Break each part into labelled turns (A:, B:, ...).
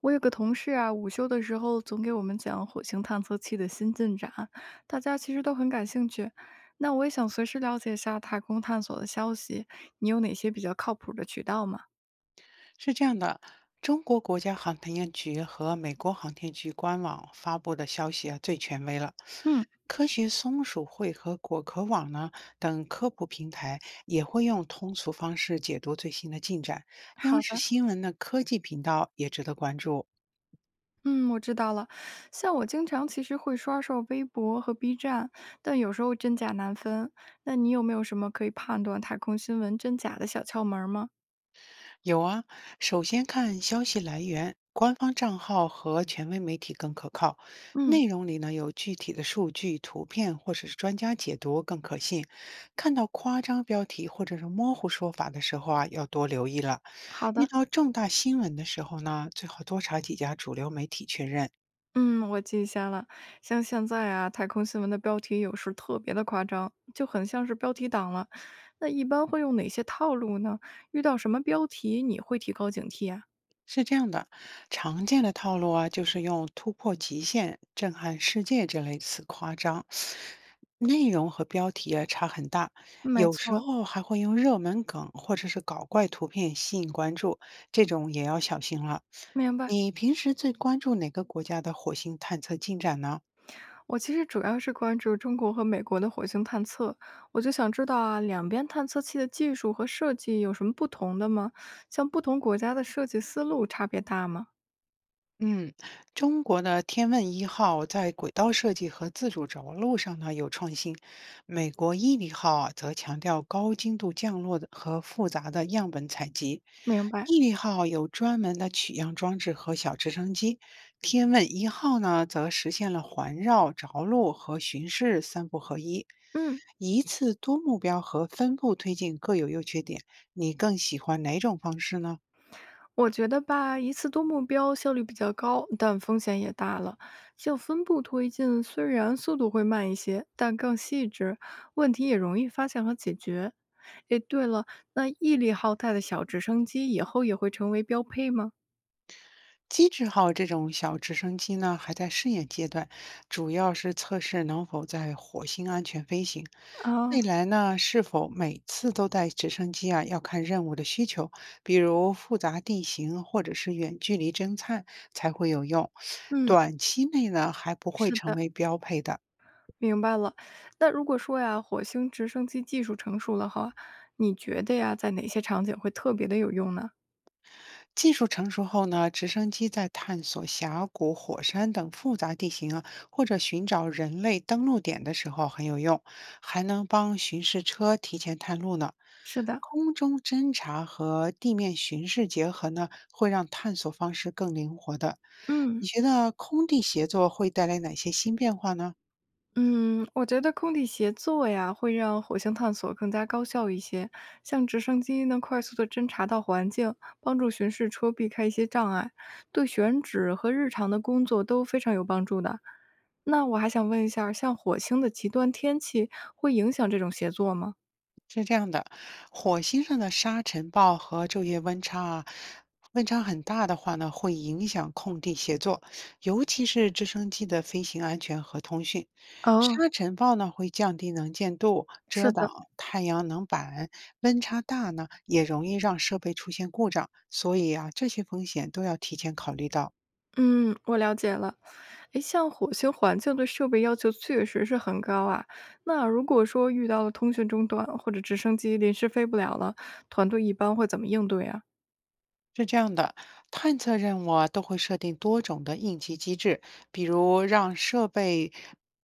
A: 我有个同事啊，午休的时候总给我们讲火星探测器的新进展，大家其实都很感兴趣。那我也想随时了解一下太空探索的消息，你有哪些比较靠谱的渠道吗？
B: 是这样的，中国国家航天局和美国航天局官网发布的消息啊最权威了。
A: 嗯，
B: 科学松鼠会和果壳网呢等科普平台也会用通俗方式解读最新的进展。央
A: 好
B: 视
A: 的，
B: 新闻的科技频道也值得关注。
A: 嗯，我知道了。像我经常其实会刷刷微博和 B 站，但有时候真假难分。那你有没有什么可以判断太空新闻真假的小窍门儿吗？
B: 有啊，首先看消息来源，官方账号和权威媒体更可靠。
A: 嗯，
B: 内容里呢有具体的数据、图片或者是专家解读更可信。看到夸张标题或者是模糊说法的时候啊，要多留意了。
A: 好
B: 遇
A: 的。
B: 到重大新闻的时候呢，最好多查几家主流媒体确认。
A: 嗯，我记下了。像现在啊，太空新闻的标题有时特别的夸张，就很像是标题党了。那一般会用哪些套路呢？遇到什么标题你会提高警惕啊？
B: 是这样的，常见的套路啊，就是用突破极限、震撼世界这类词夸张，内容和标题啊差很大，
A: 没
B: 有时
A: 错
B: 候还会用热门梗或者是搞怪图片吸引关注，这种也要小心了。
A: 明白。
B: 你平时最关注哪个国家的火星探测进展呢？
A: 我其实主要是关注中国和美国的火星探测，我就想知道啊，两边探测器的技术和设计有什么不同的吗？像不同国家的设计思路差别大吗？
B: 嗯，中国的天问一号在轨道设计和自主着陆上呢有创新，美国毅力号啊则强调高精度降落的和复杂的样本采集。
A: 明白。
B: 毅力号有专门的取样装置和小直升机，天问一号呢则实现了环绕、着陆和巡视三步合一。
A: 嗯。
B: 一次多目标和分步推进各有优缺点，你更喜欢哪种方式呢？
A: 我觉得吧，一次多目标效率比较高，但风险也大了。像分步推进，虽然速度会慢一些，但更细致，问题也容易发现和解决。诶，对了，那毅力浩大的小直升机以后也会成为标配吗？
B: 机智号这种小直升机呢，还在试验阶段，主要是测试能否在火星安全飞行。未
A: 啊，
B: 来呢，是否每次都带直升机啊，要看任务的需求，比如复杂地形或者是远距离侦探才会有用。
A: 嗯，
B: 短期内呢，还不会
A: 是
B: 成
A: 的，
B: 为标配的。
A: 明白了。那如果说呀，火星直升机技术成熟了哈，你觉得呀，在哪些场景会特别的有用呢？
B: 技术成熟后呢，直升机在探索峡谷、火山等复杂地形啊，或者寻找人类登陆点的时候很有用，还能帮巡视车提前探路呢。
A: 是的，
B: 空中侦察和地面巡视结合呢，会让探索方式更灵活的。
A: 嗯。
B: 你觉得空地协作会带来哪些新变化呢？
A: 嗯，我觉得空地协作呀，会让火星探索更加高效一些。像直升机能快速的侦察到环境，帮助巡视车避开一些障碍，对选址和日常的工作都非常有帮助的。那我还想问一下像火星的极端天气会影响这种协作吗？
B: 是这样的，火星上的沙尘暴和昼夜温差啊，温差很大的话呢，会影响空地协作，尤其是直升机的飞行安全和通讯。
A: 哦，
B: 沙尘暴呢会降低能见度，遮
A: 是
B: 挡
A: 的，
B: 太阳能板；温差大呢，也容易让设备出现故障。所以啊，这些风险都要提前考虑到。
A: 嗯，我了解了。诶，像火星环境对设备要求确实是很高啊。那如果说遇到了通讯中断或者直升机临时飞不了了，团队一般会怎么应对啊？
B: 是这样的，探测任务啊都会设定多种的应急机制，比如让设备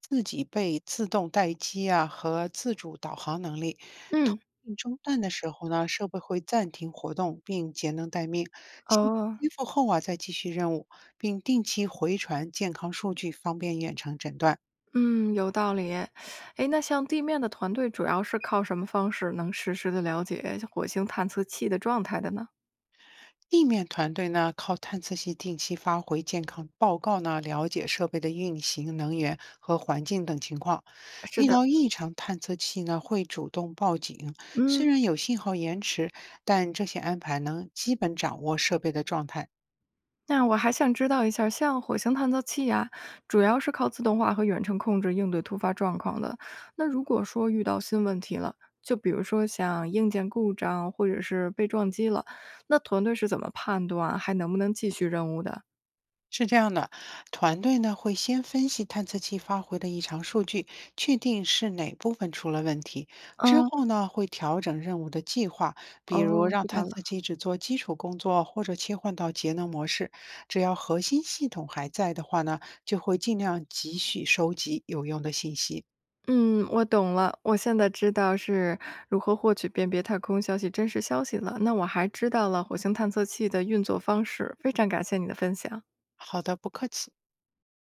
B: 自己被自动待机啊和自主导航能力。通
A: 嗯，
B: 信中断的时候呢，设备会暂停活动并节能待命；信号
A: 哦，
B: 恢复后啊，再继续任务，并定期回传健康数据，方便远程诊断。
A: 嗯，有道理耶。诶，那像地面的团队主要是靠什么方式能实时的了解火星探测器的状态的呢？
B: 地面团队呢，靠探测器定期发回健康报告呢，了解设备的运行、能源和环境等情况。
A: 是
B: 遇
A: 的，
B: 到异常，探测器呢会主动报警。虽
A: 嗯。
B: 然有信号延迟，但这些安排能基本掌握设备的状态。
A: 那我还想知道一下，像火星探测器呀、主要是靠自动化和远程控制应对突发状况的。那如果说遇到新问题了，就比如说像硬件故障或者是被撞击了，那团队是怎么判断还能不能继续任务的？
B: 是这样的，团队呢会先分析探测器发回的异常数据，确定是哪部分出了问题。之
A: 嗯，
B: 后呢会调整任务的计划，比如
A: 哦，
B: 让
A: 知道
B: 探
A: 了。
B: 测器只做基础工作，或者切换到节能模式。只要核心系统还在的话呢，就会尽量继续收集有用的信息。
A: 嗯，我懂了，我现在知道是如何获取辨别太空消息真实消息了。那我还知道了火星探测器的运作方式，非常感谢你的分享。
B: 好的，不客气。